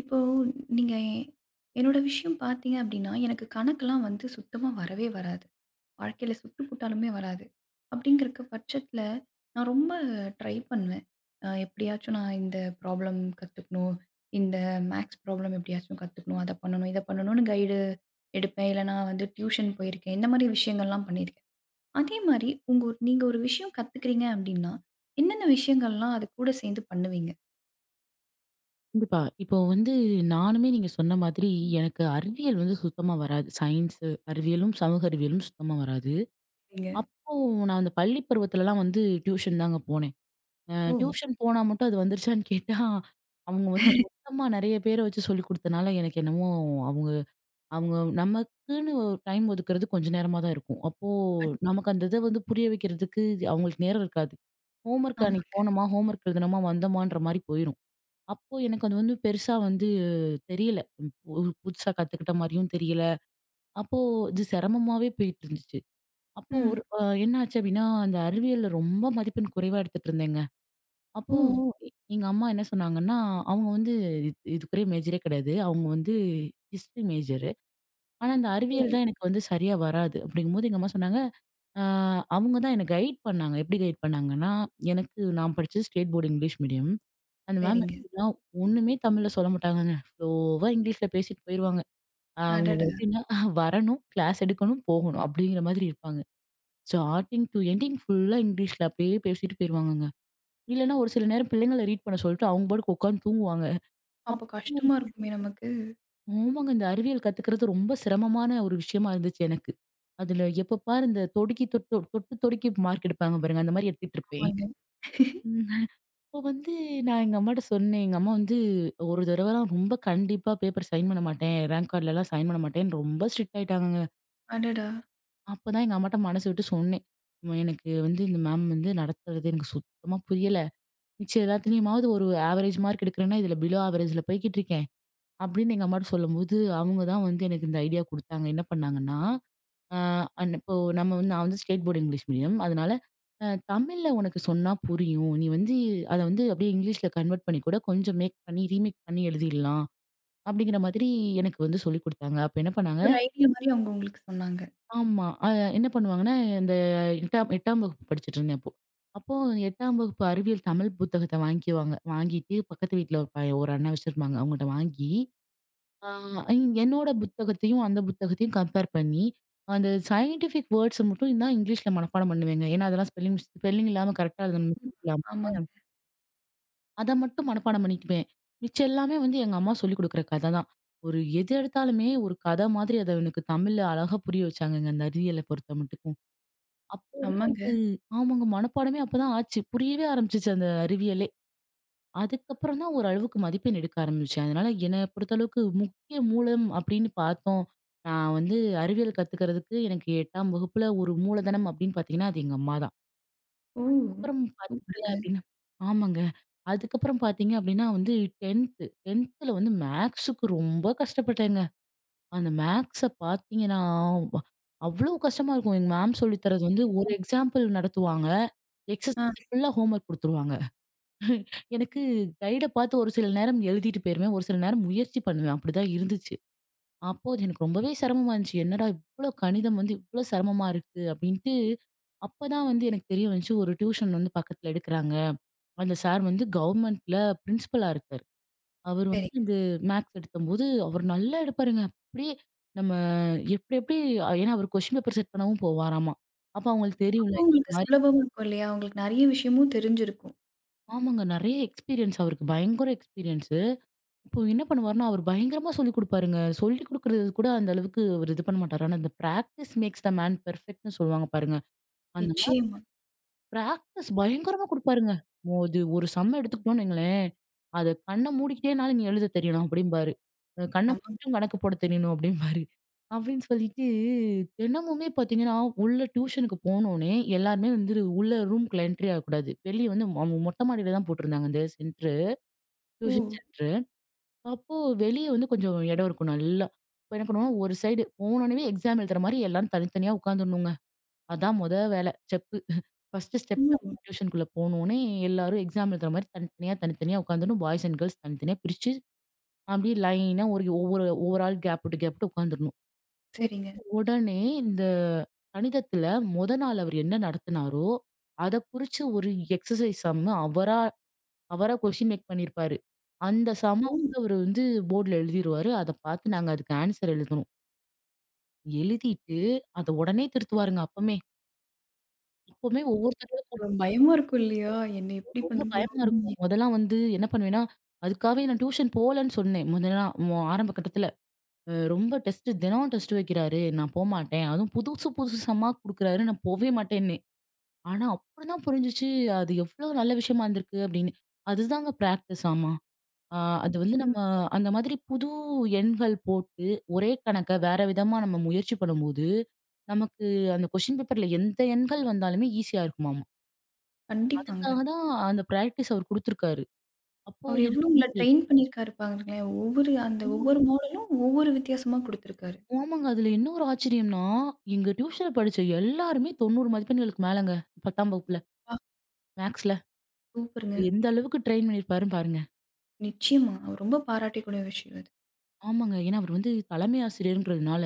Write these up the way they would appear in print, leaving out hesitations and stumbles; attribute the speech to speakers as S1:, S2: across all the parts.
S1: இப்போ நீங்க என்னோட விஷயம் பார்த்தீங்க அப்படின்னா, எனக்கு கணக்கெல்லாம் வந்து சுத்தமா வரவே வராது. வாழ்க்கையில சுட்டு போட்டாலுமே வராது. அப்படிங்கிறக்க பட்சத்தில நான் ரொம்ப ட்ரை பண்ணுவேன். எப்படியாச்சும் நான் இந்த ப்ராப்ளம் கத்துக்கணும். இந்த மேத்ஸ் ப்ராப்ளம் எப்படியாச்சும் கத்துக்கணும். அத பண்ணணும், இத பண்ணணும்னு கைடு எடுப்பேன். இல்ல நான் வந்து டியூஷன் போயிருக்கேன். இந்த மாரி விஷயங்கள்லாம் பண்ணியிருக்கேன். அதே மாரி உங்க நீங்க ஒரு விஷயம் கத்துக்கிறீங்க அப்படின்னா, என்னென்ன விஷயங்கள்லாம் அது கூட சேர்ந்து பண்ணுவீங்க?
S2: கண்டிப்பா. இப்போ வந்து நானுமே நீங்க சொன்ன மாதிரி எனக்கு அறிவியல் வந்து சுத்தமா வராது. சயின்ஸ், அறிவியலும், சமூக அறிவியலும் சுத்தமா வராது.
S1: நீங்க?
S2: அப்போ நான் அந்த பள்ளி பருவத்துலலாம் வந்து டியூஷன் தாங்க போனேன்.
S1: ஓ!
S2: டியூஷன் போனா மட்டும் அது வந்துருச்சான்னு கேட்டா, அவங்க வந்து மொத்தமா நெறைய பேர வச்சு சொல்லிக் குடுத்தனால எனக்கு என்னமோ அவங்க அவங்க நமக்குன்னு டைம் ஒதுக்குறது கொஞ்சம் நேரமா தான் இருக்கும். அப்போ நமக்கு அந்த இத வந்து புரிய வைக்கிறதுக்கு அவங்களுக்கு நேரம் இருக்காது. ஹோம்வொர்க்
S1: ஆமா.
S2: அன்னைக்கு போனோமா, ஹோம்வொர்க் எழுதுனோமா, வந்தோமான்ற மாரி போயிரும். அப்போ எனக்கு அது வந்து பெருசா வந்து தெரியல. பு புதுசா கத்துக்கிட்ட மாரியும் தெரியல. அப்போ இது சிரமமாவே போயிட்டுருந்துச்சு. அப்போ
S1: ம்.
S2: ஒரு என்ன ஆச்சு அப்டின்னா, அந்த அறிவியல்ல ரொம்ப மதிப்பெண் குறைவா எடுத்துட்டு இருந்தேங்க. அப்போ
S1: ஓ!
S2: எங்க அம்மா என்ன சொன்னாங்கன்னா, அவங்க வந்து இது இதுக்குரிய மேஜரே கிடையாது. அவங்க வந்து ஹிஸ்ட்ரி மேஜரு. ஆனா, இந்த அறிவியல்
S1: ஓ!
S2: தான் எனக்கு வந்து சரியா வராது. அப்டிங்கும்போது எங்க அம்மா சொன்னாங்க. ஆ அவங்க தான் என்ன கைட் பண்ணாங்க. எப்படி கைட் பண்ணாங்கன்னா, எனக்கு நான் படிச்சது ஸ்டேட் போர்டு இங்கிலீஷ் மீடியம். அந்த மேம்
S1: சரிங்க.
S2: எப்படின்னா, ஒண்ணுமே தமிழ்ல சொல்ல மாட்டாங்கங்க. ஃப்ளோவா இங்கிலீஷ்ல பேசிட்டு போயிருவாங்க. அவங்க
S1: அடடா!
S2: எப்படின்னா வரணும், கிளாஸ் எடுக்கணும், போகணும் அப்படிங்கிற மாதிரி இருப்பாங்க. ஸ்டார்ட்டிங் டூ எண்டிங் ஃபுல்லா இங்கிலீஷ்ல அப்படியே பேசிட்டு போயிருவாங்கங்க. இல்லைன்னா ஒரு சில நேரம் பிள்ளைங்கள ரீட் பண்ண சொல்லிட்டு அவங்க பாட்டுக்கு உட்காந்து தூங்குவாங்க.
S1: அப்போ கஷ்டமா இருக்குமே நமக்கு.
S2: ஆமாங்க. இந்த அறிவியல் கத்துக்கிறது ரொம்ப சிரமமான ஒரு விஷயமா இருந்துச்சு எனக்கு. அதுல எப்ப பாரு இந்த தொடுக்கி தொட்டு தொட்டு தொடுக்கி மார்க் எடுப்பாங்க பாருங்க. அந்த மாரி எடுத்துட்டு இருப்பேன்.
S1: ஆமாங்க.
S2: ம். அப்போ வந்து நான் எங்க அம்மாட்ட சொன்னேன். எங்க அம்மா வந்து ஒரு தடவலாம் ரொம்ப கண்டிப்பா பேப்பர் சைன் பண்ண மாட்டேன். ரேங்க் கார்ட்லலாம் சைன் பண்ண மாட்டேன்னு ரொம்ப ஸ்ட்ரிக்ட் ஆயிட்டாங்கங்க.
S1: அடடா!
S2: அப்பதான் எங்க அம்மாட்ட மனசு விட்டு சொன்னேன். "அம்மா, எனக்கு வந்து இந்த மேம் வந்து நடத்துறது எனக்கு சுத்தமா புரியல. மிச்ச எல்லாத்துலயுமாவது ஒரு ஆவரேஜ் மார்க் எடுக்கிறேன்னா, இதுல பிலோ ஆவரேஜ்ல போய்க்கிட்டு இருக்கேன்." அப்படின்னு எங்க அம்மாட்ட சொல்லும்போது, அவங்க தான் வந்து எனக்கு இந்த ஐடியா குடுத்தாங்க. என்ன பண்ணாங்கன்னா, அ அன் இப்போ நம்ம வந்து நான் வந்து ஸ்டேட் போர்டு இங்கிலீஷ் மீடியம். அதனால தமிழ்ல உனக்கு சொன்னா புரியும். நீ வந்து அத வந்து அப்படியே இங்கிலீஷ்ல கன்வெர்ட் பண்ணி கூட கொஞ்சம் மேக் பண்ணி, ரீமேக் பண்ணி எழுதிடலாம். அப்படிங்கிற மாதிரி எனக்கு வந்து சொல்லிக் குடுத்தாங்க. அப்ப என்ன பண்ணாங்க.
S1: ஒரு ஐடியா மாரி அவங்க உங்களுக்கு சொன்னாங்க.
S2: ஆமா. என்ன பண்ணுவாங்கன்னா, இந்த 8ஆம் வகுப்பு படிச்சுட்டு இருந்தேன் அப்போ. அப்போ 8ஆம் வகுப்பு அறிவியல் தமிழ் புத்தகத்த வாங்கிக்குவாங்க. வாங்கிட்டு பக்கத்து வீட்ல ஒரு ஒரு அண்ணன் வச்சிருப்பாங்க. அவங்கள்ட்ட வாங்கி ஆ என்னோட புத்தகத்தையும், அந்த புத்தகத்தையும் கம்பேர் பண்ணி, அந்த சயின்டிஃபிக் வேர்ட்ஸ மட்டும் தான் இங்கிலீஷ்ல மனப்பாடம் பண்ணுவேங்க. ஏன்னா, அதெல்லாம் ஸ்பெல்லிங் ஸ்பெல்லிங் இல்லாம கரெக்ட்டா எழுதணும்.
S1: ஆமாங்க.
S2: அத மட்டும் மனப்பாடம் பண்ணிக்குவேன். மிச்சம் எல்லாமே வந்து எங்க அம்மா சொல்லிக் குடுக்குற கத தான். ஒரு எது எடுத்தாலுமே ஒரு கத மாதிரி அத எனக்கு தமிழ்ல அழகா புரிய வச்சாங்கங்க, அந்த அறிவியல பொறுத்த மட்டுக்கும். அப்போவே எனக்கு
S1: ஆமாங்க.
S2: ஆமாங்க மனப்பாடமே அப்பதான் ஆச்சு. புரியவே ஆரம்பிச்சுச்சு அந்த அறிவியலே. அதுக்கப்புறம் தான் ஓரளவுக்கு மதிப்பெண் எடுக்க ஆரம்பிச்சேன். அதனால என்ன பொறுத்தளவுக்கு முக்கிய மூலம் அப்படின்னு பார்த்தோம். நான் வந்து அறிவியல் கத்துக்கிறதுக்கு எனக்கு 8ஆம் வகுப்புல ஒரு மூலதனம் அப்படின்னு பார்த்தீங்கன்னா, அது எங்க அம்மா தான்.
S1: ஓ!
S2: அப்புறம் பார்த்தீங்க
S1: சூப்பருங்க.
S2: அப்படின்னா ஆமாங்க. அதுக்கப்புறம் பார்த்தீங்க அப்படின்னா வந்து 10த் 10த்ல வந்து மேக்ஸுக்கு ரொம்ப கஷ்டப்பட்டேங்க. அந்த மேக்ஸ பார்த்தீங்கன்னா, வ அவ்வளோ கஷ்டமா இருக்கும். எங்க மேம் சொல்லி தர்றது வந்து
S1: கண்டிப்பா.
S2: ஒரு எக்ஸாம்பிள் நடத்துவாங்க.
S1: ஆ
S2: எக்ஸர்சைஸ் ஃபுல்லா ஹோம்வொர்க் குடுத்துருவாங்க. எனக்கு கைட பார்த்து ஒரு சில நேரம் எழுதிட்டு போயிருவேன். ஒரு சில நேரம் முயற்சி பண்ணுவேன். அப்படிதான் இருந்துச்சு. அப்போ அது எனக்கு ரொம்பவே சிரமமா இருந்துச்சு. என்னடா இவ்ளோ கணிதம் வந்து இவ்ளோ சிரமமா இருக்கு அப்படின்ட்டு, அப்பதான் வந்து எனக்கு தெரிய வந்துச்சு. ஒரு டியூஷன் வந்து பக்கத்துல எடுக்குறாங்க. அந்த சார் வந்து கவர்மெண்ட்ல பிரின்சிபலா இருக்காரு. அவர் வந்து
S1: சரிங்க.
S2: இந்த மேத்ஸ் எடுத்தம்போது, அவர் நல்லா எடுப்பாருங்க. அப்படியே நம்ம எப்படி எப்படி ஏன்னா அவர் கொஸ்டின் பேப்பர் செட் பண்ணவும் போவாராமா. அப்ப அவங்களுக்கு தெரியும்ல
S1: அப்போ
S2: இந்த
S1: உங்களுக்கு
S2: மாரி.
S1: சுலபமா இருக்கும் இல்லையா? உங்களுக்கு நெறைய விஷயமும் தெரிஞ்சிருக்கும்.
S2: ஆமாங்க. நெறைய எக்ஸ்பீரியன்ஸ் அவருக்கு பயங்கர எக்ஸ்பீரியன்ஸ். இப்போ என்ன பண்ணுவாருன்னா, அவரு பயங்கரமா சொல்லிக் குடுப்பாருங்க. சொல்லிக் குடுக்குறது கூட அந்த அளவுக்கு அவரு இது பண்ண மாட்டாரு. ஆனா, இந்த பிராக்டிஸ் மேக்ஸ் த மேன் பெர்ஃபெக்ட்ன்னு சொல்லுவாங்க பாருங்க. அந்த மாரி
S1: நிச்சயமா.
S2: பிராக்டிஸ் பயங்கரமா குடுப்பாருங்க. "மோ இது ஒரு சம் எடுத்துக்கிட்டோம்னு வைங்களேன், அத கண்ண மூடிக்கிட்டேனாலும் நீ எழுத தெரியணும்" அப்படிம்பாரு. கண்ண
S1: ஆமாங்க.
S2: மூடிட்டும் கணக்கு போட தெரியணும்" அப்படிம்பாரு. அப்படின்னு சொல்லிட்டு தினமுமே பார்த்தீங்கன்னா, உள்ள டியூஷனுக்கு போனோனே எல்லாருமே வந்து உள்ள ரூம்குள்ள என்ட்ரி ஆகக்கூடாது. வெளிய வந்து அவங்க மொட்டை மாடியில தான் போட்டிருந்தாங்க அந்த சென்டரு,
S1: ஓ!
S2: Tuition centre. அப்போ வெளிய வந்து கொஞ்சம் இடம் இருக்கும் நல்லா. அப்ப என்ன பண்ணுவோம், ஒரு சைடு போனோனவே எக்ஸாம் எழுதுற மாரி எல்லாரும் தனித்தனியா உட்காந்துடணுங்க. அதான் மொத வேல ஸ்டெப்பு. ஃபர்ஸ்ட்டு ஸ்டெப்பு
S1: ம்.
S2: அப்பதான் டியூஷனுக்குள்ள போனோனே எல்லாரும் எக்ஸாம் எழுதுற மாரி தனித்தனியா, தனித்தனியா உட்காந்துடணும். பாய்ஸ் அண்ட் கேர்ள்ஸ் தனித்தனியா பிரிச்சு, அப்படியே லைனா ஒரு ஒவ்வொரு ஒவ்வொரு ஆள் கேப் விட்டு கேப் விட்டு உட்காந்துரணும்.
S1: சரிங்க.
S2: உடனே இந்த கணிதத்துல மொத நாள் அவர் என்ன நடத்தினாரோ, அத குறிச்சு ஒரு எக்ஸர்சைஸ் சம்மு அவரா அவரா கொஸ்டின் மேக் பண்ணியிருப்பாரு. அந்த சம்ம
S1: ஓ!
S2: வந்து அவரு வந்து போர்டுல எழுதிருவாரு. அத பார்த்து நாங்க அதுக்கு ஆன்சர் எழுதணும். எழுதிட்டு அத உடனே திருத்துவாருங்க அப்பமே. அப்பமே ஒவ்வொரு தடவையும்
S1: பயமா இருக்கும் இல்லையா? என்ன எப்படி
S2: எனக்கு
S1: பண்ண
S2: ரொம்ப
S1: போறோம்?
S2: பயமா இருக்கும். முதல்லாம் வந்து என்ன பண்ணுவேன்னா, அதுக்காகவே நான் டியூஷன் போலன்னு சொன்னேன். முதல்லாம் ஆரம்ப கட்டத்துல. ரொம்ப டெஸ்ட் தினம் டெஸ்ட் வைக்கிறாரு. நான் போமாட்டேன். அதுவும் புதுசு புதுசு சம்மா குடுக்குறாரு. நான் போவே மாட்டேன்னேன். ஆனா அப்புறம் தான் புரிஞ்சுச்சு அது எவ்ளோ நல்ல விஷயமா இருந்திருக்கு அப்படின்னு. அதுதாங்க பிராக்டிஸ் ஆமா. ஆ, அது வந்து நம்ம
S1: நிச்சயமா.
S2: அந்த மாதிரி புது எண்கள் போட்டு ஒரே கணக்க வேற விதமா நம்ம முயற்சி பண்ணும்போது, நமக்கு அந்த கொஸ்டின் பேப்பர்ல எந்த எண்கள் வந்தாலுமே ஈஸியா இருக்குமாமா.
S1: கண்டிப்பாங்க.
S2: அதுக்காக தான் அந்த பிராக்டிஸ் அவர் குடுத்துருக்காரு. அப்போ
S1: அவரு எவ்வளோ
S2: எனக்கு
S1: உங்கள ட்ரெயின் பண்ணியிருக்காரு பாருங்களேன். ஒவ்வொரு அந்த
S2: ஆமாங்க,
S1: ஒவ்வொரு மாடலும் ஒவ்வொரு வித்தியாசமா குடுத்துருக்காரு.
S2: ஆமாங்க. அதுல என்ன ஒரு ஆச்சரியம்னா, எங்க டியூஷன்ல படிச்ச எல்லாருமே 90 மதிப்பெண்களுக்கு மேலங்க 10ஆம் வகுப்புல
S1: ஆ
S2: மேக்ஸ்ல. அப்ப
S1: சூப்பருங்க.
S2: எந்த அளவுக்கு ட்ரெயின் பண்ணியிருப்பாருன்னு பாருங்க.
S1: நிச்சயமா. ரொம்ப பாராட்டக்கூடிய விஷயம் அது.
S2: ஆமாங்க. ஏன்னா அவர் வந்து தலைமை ஆசிரியர்ன்றதுனால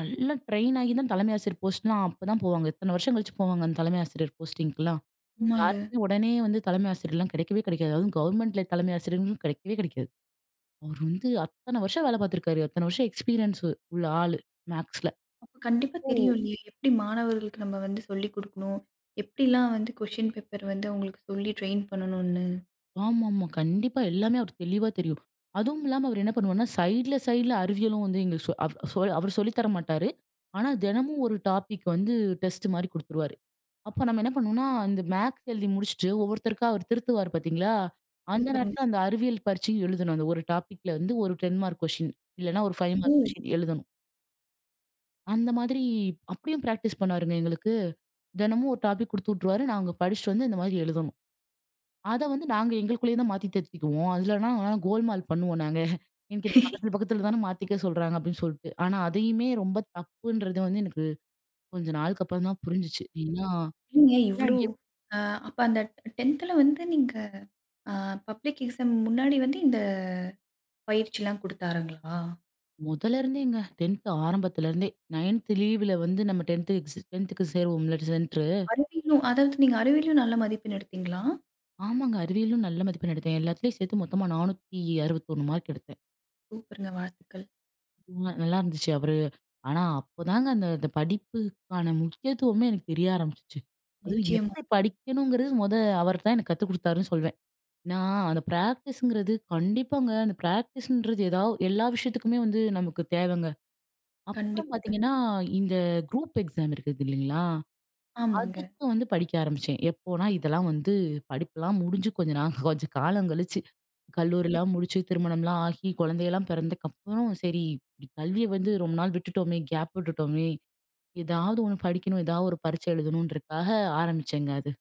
S2: நல்லா ட்ரெயின் ஆகி தான் தலைமை ஆசிரியர் போஸ்ட்லாம் அப்பதான் போவாங்க. இத்தன வருஷம் கழிச்சு போவாங்க அந்த தலைமை ஆசிரியர் போஸ்டிங்க்குலாம்.
S1: ம். ஆமாங்க.
S2: யாருக்குமே உடனே வந்து தலைமை ஆசிரியர்லாம் கிடைக்கவே கிடைக்காது. அதுவும் கவர்மெண்ட்ல தலைமை ஆசிரியர்களும் கிடைக்கவே கிடைக்காது. அவரு வந்து அத்தன வருஷம் வேலை பார்த்துருக்காரு. அத்தன வருஷம் எக்ஸ்பீரியன்ஸ் உள்ள ஆளு மேக்ஸ்ல.
S1: அப்ப கண்டிப்பா தெரியும்
S2: ஓ!
S1: இல்லையா? எப்படி மாணவர்களுக்கு நம்ம வந்து சொல்லிக் குடுக்கணும். எப்படிலாம் வந்து கொஸ்டின் பேப்பர் வந்து அவங்களுக்கு சொல்லி ட்ரெயின் பண்ணணும்னு.
S2: ஆமாமா. கண்டிப்பா எல்லாமே அவருக்கு தெளிவா தெரியும். அதுவும் இல்லாம அவரு என்ன பண்ணுவாருன்னா, சைட்ல சைட்ல அறிவியலும் வந்து எங்களுக்கு சொ அவ் சொ அவரு சொல்லி தர மாட்டாரு. ஆனா தினமும் ஒரு டாபிக் வந்து டெஸ்ட் மாரி குடுத்துருவாரு. அப்ப நம்ம என்ன பண்ணுவோம்னா, இந்த மேத்ஸ் எழுதி முடிச்சுட்டு, ஒவ்வொருத்தருக்கா அவர் திருத்துவார் பார்த்தீங்களா? அந்த
S1: சூப்பருங்க.
S2: நேரத்துல அந்த அறிவியல் பரீட்சையும் எழுதணும். அந்த ஒரு டாபிக்ல வந்து ஒரு 10 மார்க் கொஸ்டின். இல்லன்னா ஒரு 5
S1: ஓ!
S2: மார்க் கொஸ்டின் எழுதணும். அந்த மாதிரி அப்படியும் பிராக்டிஸ் பண்ணாருங்க எங்களுக்கு. தினமும் ஒரு டாபிக் குடுத்து விட்டுருவாரு. நாங்க படிச்சுட்டு வந்து இந்த மாதிரி எழுதணும். அத வந்து நாங்க எங்களுக்குள்ளேயே தான் மாத்தி திருத்திக்குவோம். அதுலனா கோல்மால் பண்ணுவோம் நாங்க. எனக்கு இது பக்கத்துல பக்கத்துல தானே மாத்திக்க சொல்றாங்க அப்படின்னு சொல்லிட்டு. ஆனா அதையுமே ரொம்ப தப்புன்றது வந்து எனக்கு கொஞ்ச நாளுக்கு அப்புறம் தான் புரிஞ்சுச்சு. ஏன்னா
S1: ஏங்க
S2: ஏன்னா
S1: இவ்ளோ அ அப்ப அந்த 10த்ல வந்து நீங்க அ பப்ளிக் எக்ஸாம் முன்னாடி வந்து இந்த பயிற்சிலாம் குடுத்தாருங்களா?
S2: முதல்ல இருந்தேங்க. 10த் ஆரம்பத்துல இருந்தே. 9த் லீவுல வந்து நம்ம 10த்துக்கு சேருவோம்ல சென்ட்ரு.
S1: அறிவியலும் அதாவது நீங்க அறிவியலும் நல்ல மதிப்பெண் எடுத்தீங்களா?
S2: ஆமாங்க. அறிவியலும் நல்ல மதிப்பெண் எடுத்தேன். எல்லாத்துலயும் சேர்த்து மொத்தமா 461 மார்க் எடுத்தேன்.
S1: சூப்பருங்க. வாழ்த்துக்கள்.
S2: ம் நல்லா இருந்துச்சு அவரு. ஆனா அப்போதாங்க அந்த அந்த படிப்புக்கான முக்கியத்துவமே எனக்கு தெரிய ஆரம்பிச்சுச்சு. அதுவும்
S1: நிச்சயமா.
S2: எப்படி படிக்கணுங்கிறது மொத அவர் தான் எனக்கு கத்துக் குடுத்தாருன்னு சொல்வேன். நான் அந்த பிராக்டிஸ்ங்கிறது கண்டிப்பாங்க அந்த பிராக்டிஸ்ன்றது ஏதாவது எல்லா விஷயத்துக்குமே வந்து நமக்கு தேவைங்க. அப்புறம்
S1: கண்டிப்பாங்க.
S2: பார்த்தீங்கன்னா, இந்த குரூப் எக்ஸாம் இருக்குது இல்லைங்களா?
S1: ஆமாங்க.
S2: அதுக்கு வந்து படிக்க ஆரம்பிச்சேன். எப்போனா, இதெல்லாம் வந்து படிப்புலாம் முடிஞ்சு கொஞ்ச நாள் கொஞ்சம் காலம் கழிச்சு. கல்லூரிலாம் முடிச்சு, திருமணம்லாம் ஆகி, குழந்தையெல்லாம் பிறந்தக்கப்புறம், சரி இப்படி கல்விய வந்து ரொம்ப நாள் விட்டுட்டோமே, கேப் விட்டுட்டோமே, ஏதாவது ஒண்ணு படிக்கணும், ஏதாவது ஒரு பரீட்சை எழுதணுன்றக்காக ஆரம்பிச்சேங்க அது.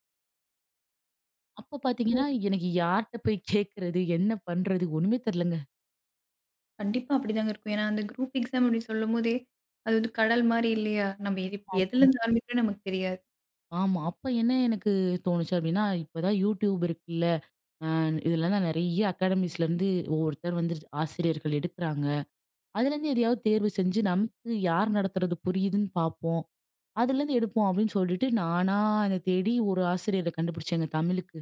S2: அப்ப பார்த்தீங்கன்னா, எனக்கு யார்ட்ட போய் கேட்கறது? என்ன பண்றது? ஒண்ணுமே தெரியலங்க.
S1: கண்டிப்பா அப்படிதாங்க இருக்கும். ஏன்னா, அந்த குரூப் எக்ஸாம் அப்படின்னு சொல்லும்போதே, அது வந்து கடல் மாரி இல்லையா? நம்ம எது
S2: ஆம்.
S1: எதுலருந்து ஆரம்பிக்கிறோம்னு நமக்கு தெரியாது.
S2: ஆமா. அப்ப என்ன எனக்கு தோணுச்சு அப்படின்னா, இப்பதான் YouTube இருக்குல்ல. அ இதுல தான் நெறைய அகாடமிஸ்லேருந்து ஒவ்வொருத்தர் வந்து ஆசிரியர்கள் எடுக்குறாங்க. அதுலேருந்து எதையாவது தேர்வு செஞ்சு நமக்கு யார் நடத்துறது புரியுதுன்னு பார்ப்போம். அதுலேருந்து எடுப்போம் அப்படின்னு சொல்லிட்டு நானா அத தேடி ஒரு ஆசிரியர கண்டுபிடிச்சேங்க தமிழுக்கு.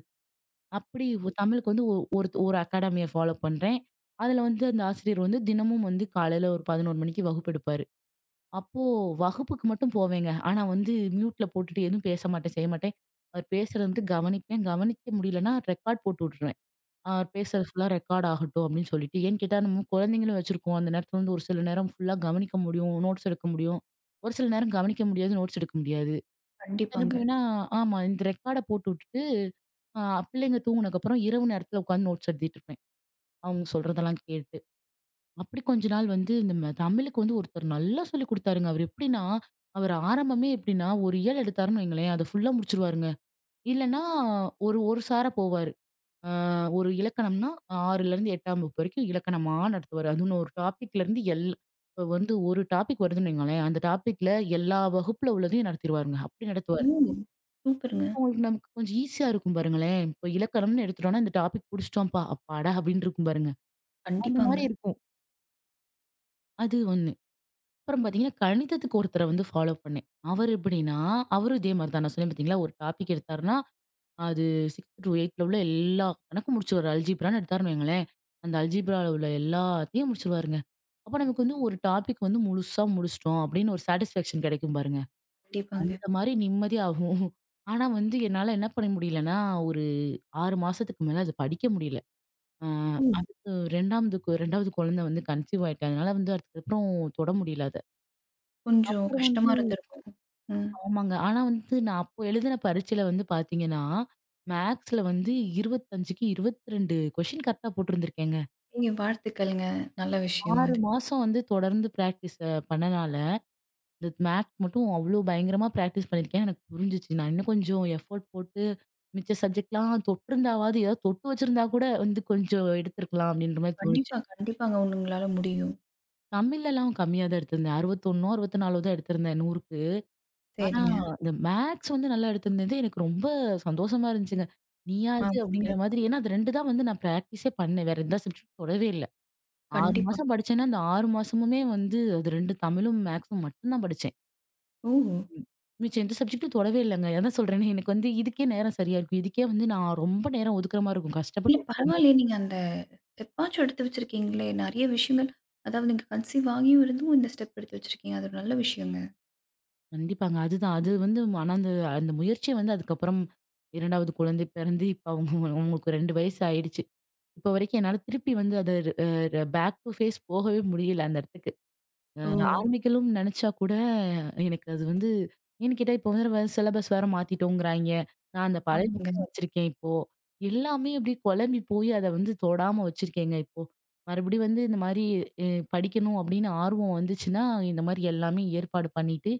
S2: அப்படி தமிழுக்கு வந்து ஒ ஒரு ஒரு அகாடமிய ஃபாலோ பண்றேன். அதுல வந்து அந்த ஆசிரியர் வந்து தினமும் வந்து காலையில ஒரு 11 மணிக்கு வகுப்பு எடுப்பாரு. அப்போ வகுப்புக்கு மட்டும் போவேங்க. ஆனா வந்து மியூட்ல போட்டுட்டு எதுவும் பேச மாட்டேன், செய்ய மாட்டேன். அவர் பேசுறது வந்து கவனிப்பேன். கவனிக்க முடியலன்னா ரெக்கார்ட் போட்டு விட்டுருவேன். ஆ பேசுறது ஃபுல்லா ரெக்கார்ட் ஆகட்டும் அப்படின்னு சொல்லிட்டு. ஏன்னு கேட்டா நம்ம குழந்தைங்களும் வச்சிருக்கோம். அந்த நேரத்துல வந்து ஒரு சில நேரம் ஃபுல்லா கவனிக்க முடியும், நோட்ஸ் எடுக்க முடியும். ஒரு சில நேரம் கவனிக்க முடியாது, நோட்ஸ் எடுக்க முடியாது. என்ன
S1: கண்டிப்பாங்க.
S2: பண்ணுவேன்னா ஆமா இந்த ரெக்கார்ட போட்டு விட்டுட்டு, ஆ பிள்ளைங்க தூங்குனதுக்கப்புறம் இரவு நேரத்துல உட்காந்து நோட்ஸ் எழுதிட்டு இருப்பேன். அவங்க சொல்றதெல்லாம் கேட்டு. அப்படி கொஞ்ச நாள் வந்து இந்த தமிழுக்கு வந்து ஒருத்தர் நல்லா சொல்லிக் குடுத்தாருங்க. அவர் எப்படின்னா, அவர் ஆரம்பமே எப்படின்னா, ஒரு இயல் எடுத்தாருன்னு வைங்களேன், அத ஃபுல்லா முடிச்சுருவாருங்க. இல்லன்னா ஒரு ஒரு சார போவாரு. ஆ ஒரு இலக்கணம்னா 6லேருந்து 8ஆம் வகுப்பு வரைக்கும் இலக்கணமா நடத்துவாரு. அதுவும் ஒரு டாபிக்லேருந்து இப்ப வந்து ஒரு டாபிக் வருதுன்னு வைங்களேன், அந்த டாபிக்ல எல்லா வகுப்புல உள்ளதையும் நடத்திருவாருங்க. அப்படி
S1: ஓ!
S2: நடத்துவாரு.
S1: சூப்பருங்க.
S2: அவங்களுக்கு நமக்கு கொஞ்சம் ஈஸியா இருக்கும் பாருங்களேன். இப்போ இலக்கணம்னு எடுத்துட்டோம்னா, இந்த டாபிக் முடிச்சிட்டோம்ப்பா, அப்பாடா அப்படின்னு இருக்கும் பாருங்க. அந்த
S1: கண்டிப்பாங்க,
S2: மாதிரி இருக்கும். அது ஒண்ணு. அப்புறம் பார்த்தீங்கன்னா, கணிதத்துக்கு ஒருத்தர வந்து ஃபாலோ பண்ணேன். அவர் எப்படின்னா, அவரும் இதே மாதிரி தான் நான் சொன்னேன் பார்த்தீங்களா, ஒரு டாபிக் எடுத்தாருன்னா அது 6-8 உள்ள எல்லா கணக்கும் முடிச்சுருவாரு. அல்ஜீப்ரான்னு எடுத்தாருன்னு வையுங்களேன், அந்த அல்ஜீப்ரால உள்ள எல்லாத்தையும் முடிச்சுருவாருங்க. அப்ப நமக்கு வந்து ஒரு டாபிக் வந்து முழுசா முடிச்சுட்டோம் அப்படின்னு ஒரு சாட்டிஸ்ஃபேக்ஷன் கிடைக்கும் பாருங்க.
S1: கண்டிப்பாங்க.
S2: அந்த மாரி நிம்மதியாகும். ஆனா வந்து என்னால என்ன பண்ண முடியலன்னா, ஒரு 6 மாசத்துக்கு மேல அத படிக்க முடியல. ஆ
S1: ம்.
S2: அதுக்கு 2வது குழந்தை வந்து கன்சீவ் ஆயிட்டா. அதனால வந்து அதுக்கப்புறம் தொட முடியல அத.
S1: கொஞ்சம்
S2: அப்புறம்
S1: கஷ்டமா
S2: வந்து
S1: இருந்திருக்கும். ம்.
S2: ஆமாங்க. ஆனா வந்து நான் அப்போ எழுதின பரீட்சையில வந்து பாத்தீங்கன்னா, மேத்ஸ்ல வந்து 25க்கு 22 கொஸ்டின் கரெக்ட்டா போட்டிருந்திருக்கேங்க.
S1: ஏங்க வாழ்த்துக்கள்ங்க. நல்ல விஷயம்
S2: 6
S1: அது.
S2: மாசம் வந்து தொடர்ந்து பிராக்டிஸ் பண்ணனால, இந்த மேத்ஸ் மட்டும் அவ்ளோ பயங்கரமா பிராக்டிஸ் பண்ணியிருக்கேன். எனக்கு புரிஞ்சுச்சு. நான் இன்னும் கொஞ்சம் எஃபோர்ட் போட்டு மிச்ச சப்ஜெக்ட்லாம் தொட்டிருந்தாவது, ஏதாவது தொட்டு வச்சிருந்தா கூட வந்து கொஞ்சம் எடுத்திருக்கலாம் அப்படின்ற மாரி தோணுச்சு.
S1: கண்டிப்பா, கண்டிப்பாங்க. உங்களால முடியும்.
S2: தமிழ்லலாம் கம்மியா தான் எடுத்திருந்தேன். 61ஓ, 64ஓ தான் எடுத்திருந்தேன் 100க்கு. ஆனா,
S1: சரிங்க.
S2: இந்த மேத்ஸ் வந்து நல்லா எடுத்திருந்தது எனக்கு ரொம்ப சந்தோஷமா இருந்துச்சுங்க. நீயாது
S1: ஆமாங்க.
S2: அப்படிங்கிற மாதிரி. ஏன்னா, அது 2 தான் வந்து நான் பிராக்டிஸே பண்ணேன். வேற எந்த சப்ஜெக்ட் தொடவே இல்ல. 6
S1: கண்டிப்பா.
S2: மாசம் படிச்சேன்னா, அந்த 6 மாசமுமே வந்து அது 2 தமிழும், மேத்ஸும் மட்டும் தான் படிச்சேன்.
S1: ஓ!
S2: மிச்சம் எந்த சப்ஜெக்டும் தொடவே இல்லங்க. அதான் சொல்றேனே, எனக்கு வந்து இதுக்கே நேரம் சரியா இருக்கும். இதுக்கே வந்து நான் ரொம்ப நேரம் ஒதுக்குற மாரி இருக்கும்.
S1: இல்ல
S2: கஷ்டப்பட்டு ஒதுக்குற மாரி
S1: பரவாயில்லையே
S2: இருக்கும்.
S1: நீங்க அந்த ஸ்டெப்பாச்சும் எடுத்து வச்சிருக்கீங்களே! நெறைய விஷயங்கள் அதாவது நீங்க கன்சீவ் ஆகியும் இருந்தும் இந்த ஸ்டெப் எடுத்து வச்சிருக்கீங்க. அது ஒரு நல்ல விஷயங்க.
S2: கண்டிப்பாங்க. அதுதான். அது வந்து ஆனா அந்த அந்த முயற்சிய வந்து அதுக்கப்புறம் 2வது குழந்தை பிறந்து இப்ப அவங்களுக்கு 2 வயசு ஆயிடுச்சு. இப்போ வரைக்கும் என்னால திருப்பி வந்து அத பேக் டூ ஃபேஸ் போகவே முடியல அந்த இடத்துக்கு. அ
S1: ஓ!
S2: ஆரம்பிக்கலும் நினைச்சா கூட எனக்கு அது வந்து ஏன்னு கேட்டா இப்போ வந்து சிலபஸ் வேற மாத்திட்டோங்கிறாய்ங்க. நான் அந்த பழைய
S1: ஆமாங்க.
S2: புக் தான் வச்சிருக்கேன் இப்போ. எல்லாமே அப்படியே குழம்பி போய் அத வந்து தொடாம வச்சிருக்கேங்க இப்போ. மறுபடியும் வந்து இந்த மாரி அ படிக்கணும் அப்படின்னு ஆர்வம் வந்துச்சுன்னா, இந்த மாரி எல்லாமே ஏற்பாடு பண்ணிட்டு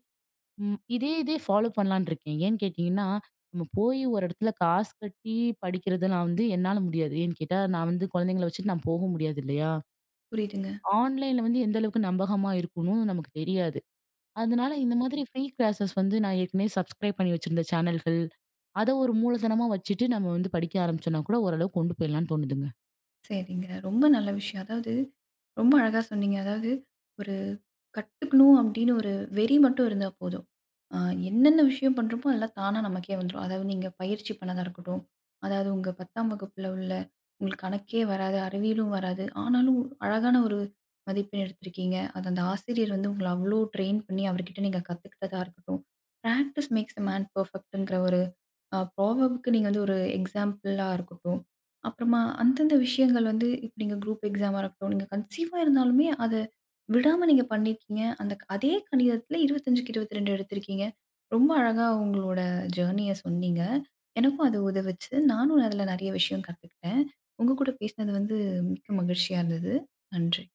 S2: ம். இதே இதே ஃபாலோ பண்ணலான்னு இருக்கேன். ஏன்னு கேட்டீங்கன்னா, நம்ம போய் ஒரு இடத்துல காசு கட்டி படிக்கிறது நான் வந்து என்னால முடியாது. ஏன்னு கேட்டா, நான் வந்து குழந்தைங்கள வச்சுட்டு நான் போக முடியாது இல்லையா?
S1: புரியுதுங்க.
S2: ஆன்லைன்ல வந்து எந்த அளவுக்கு நம்பகமா இருக்கும்னு நமக்கு தெரியாது. அதனால இந்த மாதிரி ஃப்ரீ கிளாஸஸ் வந்து நான் ஏற்கனவே சப்ஸ்கிரைப் பண்ணி வச்சிருந்த சேனல்கள், அத ஒரு மூலதனமா வச்சுட்டு நம்ம வந்து படிக்க ஆரம்பிச்சோம்னா கூட ஓரளவுக்கு கொண்டு போயிடலாம்னு தோணுதுங்க.
S1: சரிங்க. ரொம்ப நல்ல விஷயம். அதாவது ரொம்ப அழகா சொன்னீங்க. அதாவது ஒரு கத்துக்கணும் அப்படின்னு ஒரு வெறி மட்டும் இருந்தா போதும். அ என்னென்ன விஷயம் பண்றோமோ அதெல்லாம் தானா நமக்கே வந்துரும். அதாவது நீங்க பயிற்சி பண்ணதா இருக்கட்டும், அதாவது உங்க 10ஆம் வகுப்புல உள்ள உங்களுக்கு கணக்கே வராது, அறிவியலும் வராது. ஆனாலும் அழகான ஒரு மதிப்பெண் எடுத்திருக்கீங்க. அது அந்த ஆசிரியர் வந்து உங்கள அவ்ளோ ட்ரெயின் பண்ணி அவர்கிட்ட நீங்க கத்துக்கிட்டதா இருக்கட்டும். பிராக்டிஸ் மேக்ஸ் எ மேன் பெர்ஃபெக்ட்ங்கிற ஒரு ப்ராவர்ப்க்கு நீங்க வந்து ஒரு எக்ஸாம்பிளா இருக்கட்டும். அப்புறமா அந்தந்த விஷயங்கள் வந்து இப்ப நீங்க குரூப் எக்ஸாமா இருக்கட்டும், நீங்க கன்சீவா இருந்தாலுமே அத விடாம நீங்க பண்ணியிருக்கீங்க. அந்த அதே கணிதத்தில 25க்கு 22 எடுத்திருக்கீங்க. ரொம்ப அழகா உங்களோட ஜர்னிய சொன்னீங்க. எனக்கும் அது உதவுச்சு. நானும் அதில நெறைய விஷயம் கத்துக்கிட்டேன். உங்க கூட பேசினது வந்து மிக்க மகிழ்ச்சியா இருந்தது. நன்றி.